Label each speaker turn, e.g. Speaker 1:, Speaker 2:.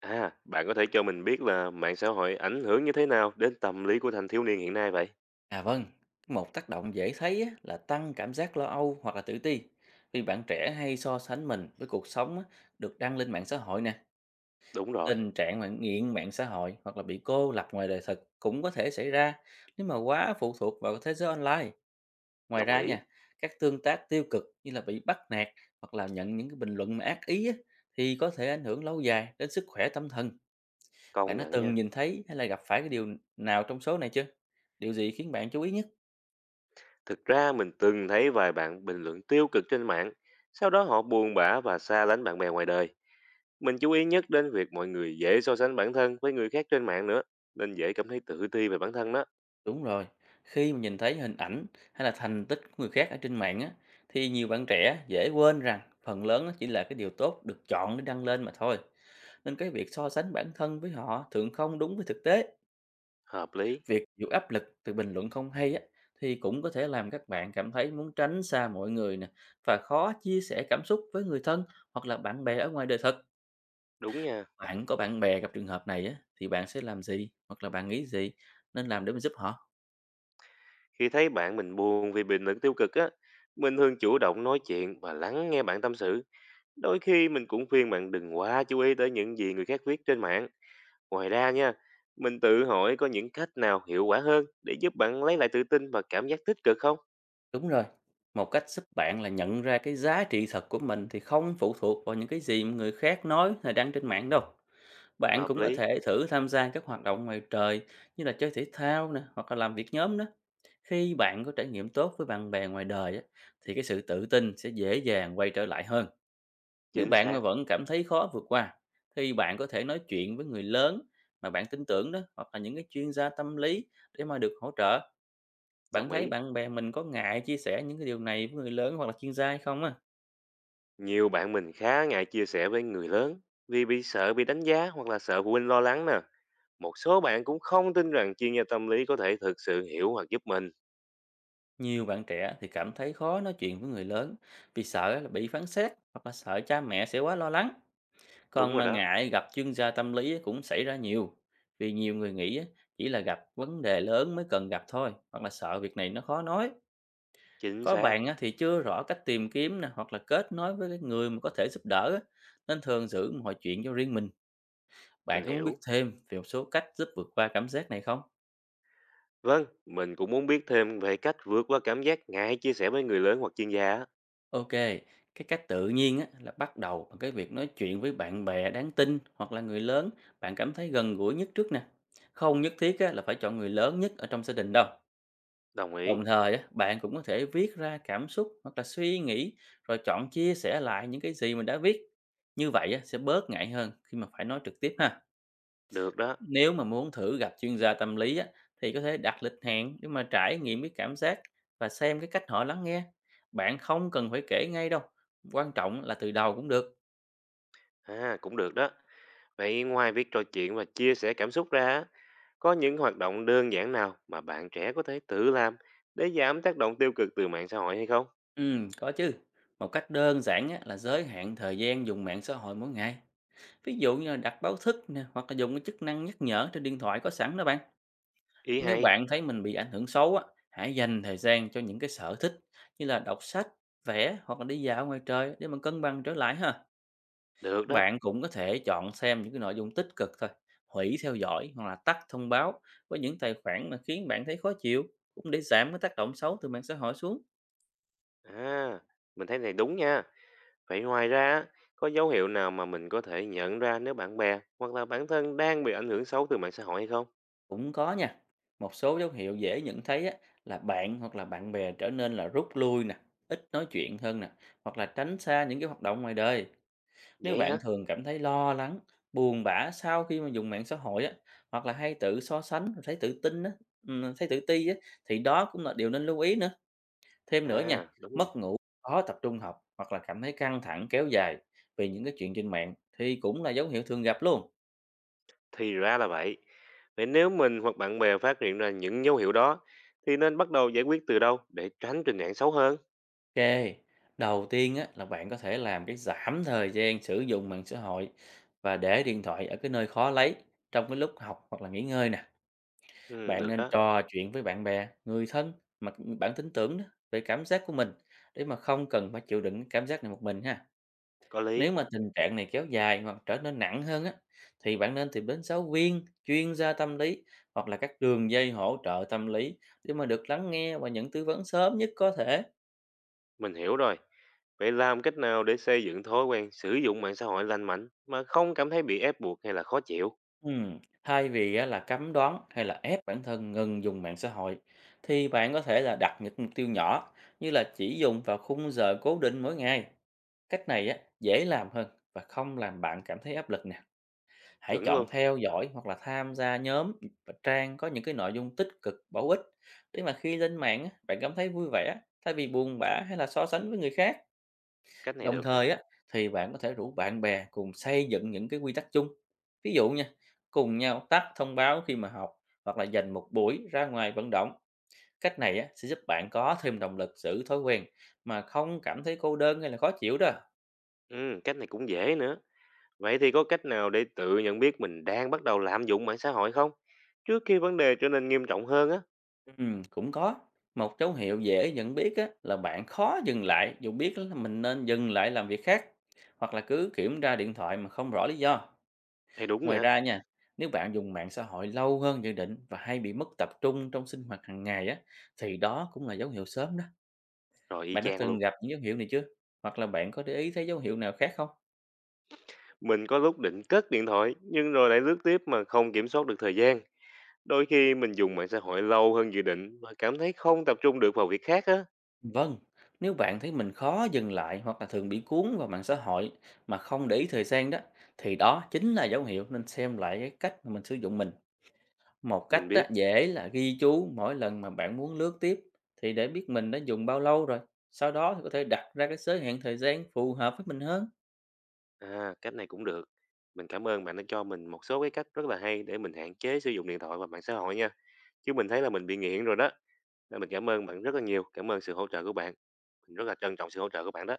Speaker 1: À, bạn có thể cho mình biết là mạng xã hội ảnh hưởng như thế nào đến tâm lý của thanh thiếu niên hiện nay vậy?
Speaker 2: À vâng, một tác động dễ thấy á, là tăng cảm giác lo âu hoặc là tự ti. Vì bạn trẻ hay so sánh mình với cuộc sống á, được đăng lên mạng xã hội nè.
Speaker 1: Đúng rồi,
Speaker 2: Tình trạng bạn nghiện mạng xã hội hoặc là bị cô lập ngoài đời thực cũng có thể xảy ra nếu mà quá phụ thuộc vào thế giới online. Ngoài
Speaker 1: đồng
Speaker 2: ra
Speaker 1: ý,
Speaker 2: nha, các tương tác tiêu cực như là bị bắt nạt hoặc là nhận những cái bình luận mà ác ý á, thì có thể ảnh hưởng lâu dài đến sức khỏe tâm thần. Bạn
Speaker 1: công
Speaker 2: đã
Speaker 1: nhận
Speaker 2: từng
Speaker 1: nha.
Speaker 2: nhìn thấy hay là gặp phải cái điều nào trong số này chưa? Điều gì khiến bạn chú ý nhất?
Speaker 1: Thực ra mình từng thấy vài bạn bình luận tiêu cực trên mạng, sau đó họ buồn bã và xa lánh bạn bè ngoài đời. Mình chú ý nhất đến việc mọi người dễ so sánh bản thân với người khác trên mạng nữa, nên dễ cảm thấy tự ti về bản thân đó.
Speaker 2: Đúng rồi, khi mà nhìn thấy hình ảnh hay là thành tích của người khác ở trên mạng á, thì nhiều bạn trẻ dễ quên rằng phần lớn nó chỉ là cái điều tốt được chọn để đăng lên mà thôi. Nên cái việc so sánh bản thân với họ thường không đúng với thực tế.
Speaker 1: Hợp lý,
Speaker 2: Việc chịu áp lực từ bình luận không hay á, thì cũng có thể làm các bạn cảm thấy muốn tránh xa mọi người nè và khó chia sẻ cảm xúc với người thân hoặc là bạn bè ở ngoài đời thật.
Speaker 1: đúng nha.
Speaker 2: Bạn có bạn bè gặp trường hợp này á, thì bạn sẽ làm gì hoặc là bạn nghĩ gì nên làm để mà giúp họ?
Speaker 1: Khi thấy bạn mình buồn vì bình luận tiêu cực á, mình thường chủ động nói chuyện và lắng nghe bạn tâm sự. Đôi khi mình cũng khuyên bạn đừng quá chú ý tới những gì người khác viết trên mạng. Ngoài ra nha, mình tự hỏi có những cách nào hiệu quả hơn để giúp bạn lấy lại tự tin và cảm giác tích cực không?
Speaker 2: Đúng rồi, một cách giúp bạn là nhận ra cái giá trị thật của mình thì không phụ thuộc vào những cái gì mà người khác nói hay đăng trên mạng đâu. Bạn
Speaker 1: Hợp
Speaker 2: cũng có
Speaker 1: lý,
Speaker 2: thể thử tham gia các hoạt động ngoài trời như là chơi thể thao nè, hoặc là làm việc nhóm đó. Khi bạn có trải nghiệm tốt với bạn bè ngoài đời á, thì cái sự tự tin sẽ dễ dàng quay trở lại hơn. Nếu
Speaker 1: chính
Speaker 2: bạn mà
Speaker 1: xác,
Speaker 2: vẫn cảm thấy khó vượt qua thì bạn có thể nói chuyện với người lớn mà bạn tin tưởng đó hoặc là những cái chuyên gia tâm lý để mà được hỗ trợ. Bạn
Speaker 1: đồng
Speaker 2: thấy
Speaker 1: ý.
Speaker 2: bạn bè mình có ngại chia sẻ những cái điều này với người lớn hoặc là chuyên gia hay không á?
Speaker 1: Nhiều bạn mình khá ngại chia sẻ với người lớn vì bị sợ bị đánh giá hoặc là sợ phụ huynh lo lắng nè. Một số bạn cũng không tin rằng chuyên gia tâm lý có thể thực sự hiểu hoặc giúp mình.
Speaker 2: Nhiều bạn trẻ thì cảm thấy khó nói chuyện với người lớn vì sợ là bị phán xét hoặc là sợ cha mẹ sẽ quá lo lắng.
Speaker 1: Đúng
Speaker 2: Còn
Speaker 1: rồi
Speaker 2: mà
Speaker 1: đó,
Speaker 2: ngại gặp chuyên gia tâm lý cũng xảy ra nhiều. Vì nhiều người nghĩ á, chỉ là gặp vấn đề lớn mới cần gặp thôi hoặc là sợ việc này nó khó nói.
Speaker 1: chính
Speaker 2: Có
Speaker 1: xác,
Speaker 2: bạn á, thì chưa rõ cách tìm kiếm nè hoặc là kết nối với cái người mà có thể giúp đỡ á, nên thường giữ mọi chuyện cho riêng mình. Bạn
Speaker 1: mình
Speaker 2: có muốn biết
Speaker 1: hiểu.
Speaker 2: thêm về một số cách giúp vượt qua cảm giác này không?
Speaker 1: Vâng, mình cũng muốn biết thêm về cách vượt qua cảm giác ngại chia sẻ với người lớn hoặc chuyên gia á.
Speaker 2: Ok, cái cách tự nhiên á, là bắt đầu bằng cái việc nói chuyện với bạn bè đáng tin hoặc là người lớn bạn cảm thấy gần gũi nhất trước nè. Không nhất thiết á, là phải chọn người lớn nhất ở trong gia đình đâu.
Speaker 1: Đồng ý.
Speaker 2: Đồng thời á, bạn cũng có thể viết ra cảm xúc hoặc là suy nghĩ rồi chọn chia sẻ lại những cái gì mình đã viết. Như vậy á, sẽ bớt ngại hơn khi mà phải nói trực tiếp ha.
Speaker 1: Được đó,
Speaker 2: Nếu mà muốn thử gặp chuyên gia tâm lý á, thì có thể đặt lịch hẹn để mà trải nghiệm cái cảm giác và xem cái cách họ lắng nghe. Bạn không cần phải kể ngay đâu, quan trọng là từ đầu cũng được.
Speaker 1: à, cũng được đó. Vậy ngoài việc trò chuyện và chia sẻ cảm xúc ra á, có những hoạt động đơn giản nào mà bạn trẻ có thể tự làm để giảm tác động tiêu cực từ mạng xã hội hay không?
Speaker 2: Ừ, có chứ. Một cách đơn giản á, là giới hạn thời gian dùng mạng xã hội mỗi ngày. Ví dụ như là đặt báo thức nè, hoặc là dùng cái chức năng nhắc nhở trên điện thoại có sẵn đó bạn.
Speaker 1: Ý
Speaker 2: Nếu
Speaker 1: hay,
Speaker 2: bạn thấy mình bị ảnh hưởng xấu á, hãy dành thời gian cho những cái sở thích như là đọc sách, vẽ hoặc là đi dạo ngoài trời để mà cân bằng trở lại ha.
Speaker 1: được đó.
Speaker 2: Bạn cũng có thể chọn xem những cái nội dung tích cực thôi, hủy theo dõi hoặc là tắt thông báo với những tài khoản mà khiến bạn thấy khó chịu, cũng để giảm cái tác động xấu từ mạng xã hội xuống.
Speaker 1: À, mình thấy này đúng nha. Vậy ngoài ra á, có dấu hiệu nào mà mình có thể nhận ra nếu bạn bè hoặc là bản thân đang bị ảnh hưởng xấu từ mạng xã hội hay không?
Speaker 2: Cũng có nha, một số dấu hiệu dễ nhận thấy á, là bạn hoặc là bạn bè trở nên là rút lui nè, ít nói chuyện hơn nè, hoặc là tránh xa những cái hoạt động ngoài đời. Nếu
Speaker 1: Vậy
Speaker 2: bạn
Speaker 1: hả?
Speaker 2: thường cảm thấy lo lắng, buồn bã sau khi mà dùng mạng xã hội á, hoặc là hay tự so sánh, thấy tự ti á, thì đó cũng là điều nên lưu ý nữa. Thêm nữa nha,
Speaker 1: À, đúng rồi.
Speaker 2: mất ngủ, khó tập trung học hoặc là cảm thấy căng thẳng kéo dài vì những cái chuyện trên mạng thì cũng là dấu hiệu thường gặp luôn.
Speaker 1: Thì ra là vậy. Vậy nếu mình hoặc bạn bè phát hiện ra những dấu hiệu đó, thì nên bắt đầu giải quyết từ đâu để tránh tình trạng xấu hơn?
Speaker 2: Ok, đầu tiên á, là bạn có thể làm cái giảm thời gian sử dụng mạng xã hội và để điện thoại ở cái nơi khó lấy trong cái lúc học hoặc là nghỉ ngơi nè.
Speaker 1: Ừ,
Speaker 2: Bạn
Speaker 1: được
Speaker 2: nên
Speaker 1: đó,
Speaker 2: trò chuyện với bạn bè, người thân mà bạn tin tưởng đó, về cảm giác của mình để mà không cần phải chịu đựng cái cảm giác này một mình ha.
Speaker 1: có
Speaker 2: Nếu
Speaker 1: lý.
Speaker 2: mà tình trạng này kéo dài hoặc trở nên nặng hơn á, thì bạn nên tìm đến giáo viên, chuyên gia tâm lý hoặc là các đường dây hỗ trợ tâm lý để mà được lắng nghe và nhận tư vấn sớm nhất có thể.
Speaker 1: Mình hiểu rồi. Vậy làm cách nào để xây dựng thói quen sử dụng mạng xã hội lành mạnh mà không cảm thấy bị ép buộc hay là khó chịu?
Speaker 2: Ừm, Thay vì á, là cấm đoán hay là ép bản thân ngừng dùng mạng xã hội, thì bạn có thể là đặt những mục tiêu nhỏ như là chỉ dùng vào khung giờ cố định mỗi ngày. Cách này á, dễ làm hơn và không làm bạn cảm thấy áp lực nữa. Hãy
Speaker 1: Chuẩn
Speaker 2: chọn
Speaker 1: luôn,
Speaker 2: theo dõi hoặc là tham gia nhóm và trang có những cái nội dung tích cực, bổ ích để mà khi lên mạng á, bạn cảm thấy vui vẻ thay vì buồn bã hay là so sánh với người khác.
Speaker 1: cách này
Speaker 2: Đồng
Speaker 1: được nè.
Speaker 2: thời á thì bạn có thể rủ bạn bè cùng xây dựng những cái quy tắc chung. Ví dụ nha, cùng nhau tắt thông báo khi mà học hoặc là dành một buổi ra ngoài vận động. Cách này á, sẽ giúp bạn có thêm động lực giữ thói quen mà không cảm thấy cô đơn hay là khó chịu đó.
Speaker 1: Ừ, cách này cũng dễ nữa. Vậy thì có cách nào để tự nhận biết mình đang bắt đầu lạm dụng mạng xã hội không, trước khi vấn đề trở nên nghiêm trọng hơn á?
Speaker 2: Cũng có. Một dấu hiệu dễ nhận biết á, là bạn khó dừng lại dù biết là mình nên dừng lại làm việc khác hoặc là cứ kiểm tra điện thoại mà không rõ lý do.
Speaker 1: Thì đúng
Speaker 2: Ngoài
Speaker 1: nha.
Speaker 2: ra nha, nếu bạn dùng mạng xã hội lâu hơn dự định và hay bị mất tập trung trong sinh hoạt hàng ngày á, thì đó cũng là dấu hiệu sớm đó.
Speaker 1: Rồi y
Speaker 2: Bạn đã
Speaker 1: chang
Speaker 2: từng
Speaker 1: luôn.
Speaker 2: gặp những dấu hiệu này chưa? Hoặc là bạn có để ý thấy dấu hiệu nào khác không?
Speaker 1: Mình có lúc định cất điện thoại nhưng rồi lại lướt tiếp mà không kiểm soát được thời gian. Đôi khi mình dùng mạng xã hội lâu hơn dự định và cảm thấy không tập trung được vào việc khác á.
Speaker 2: Vâng, nếu bạn thấy mình khó dừng lại hoặc là thường bị cuốn vào mạng xã hội mà không để ý thời gian đó thì đó chính là dấu hiệu nên xem lại cái cách mà mình sử dụng mình. Một cách
Speaker 1: Mình
Speaker 2: đó
Speaker 1: biết,
Speaker 2: dễ là ghi chú mỗi lần mà bạn muốn lướt tiếp thì để biết mình đã dùng bao lâu rồi. Sau đó thì có thể đặt ra cái giới hạn thời gian phù hợp với mình hơn.
Speaker 1: à cách này cũng được. Mình cảm ơn bạn đã cho mình một số cái cách rất là hay để mình hạn chế sử dụng điện thoại và mạng xã hội nha. Chứ mình thấy là mình bị nghiện rồi đó. Nên mình cảm ơn bạn rất là nhiều. Cảm ơn sự hỗ trợ của bạn. Mình rất là trân trọng sự hỗ trợ của bạn đó.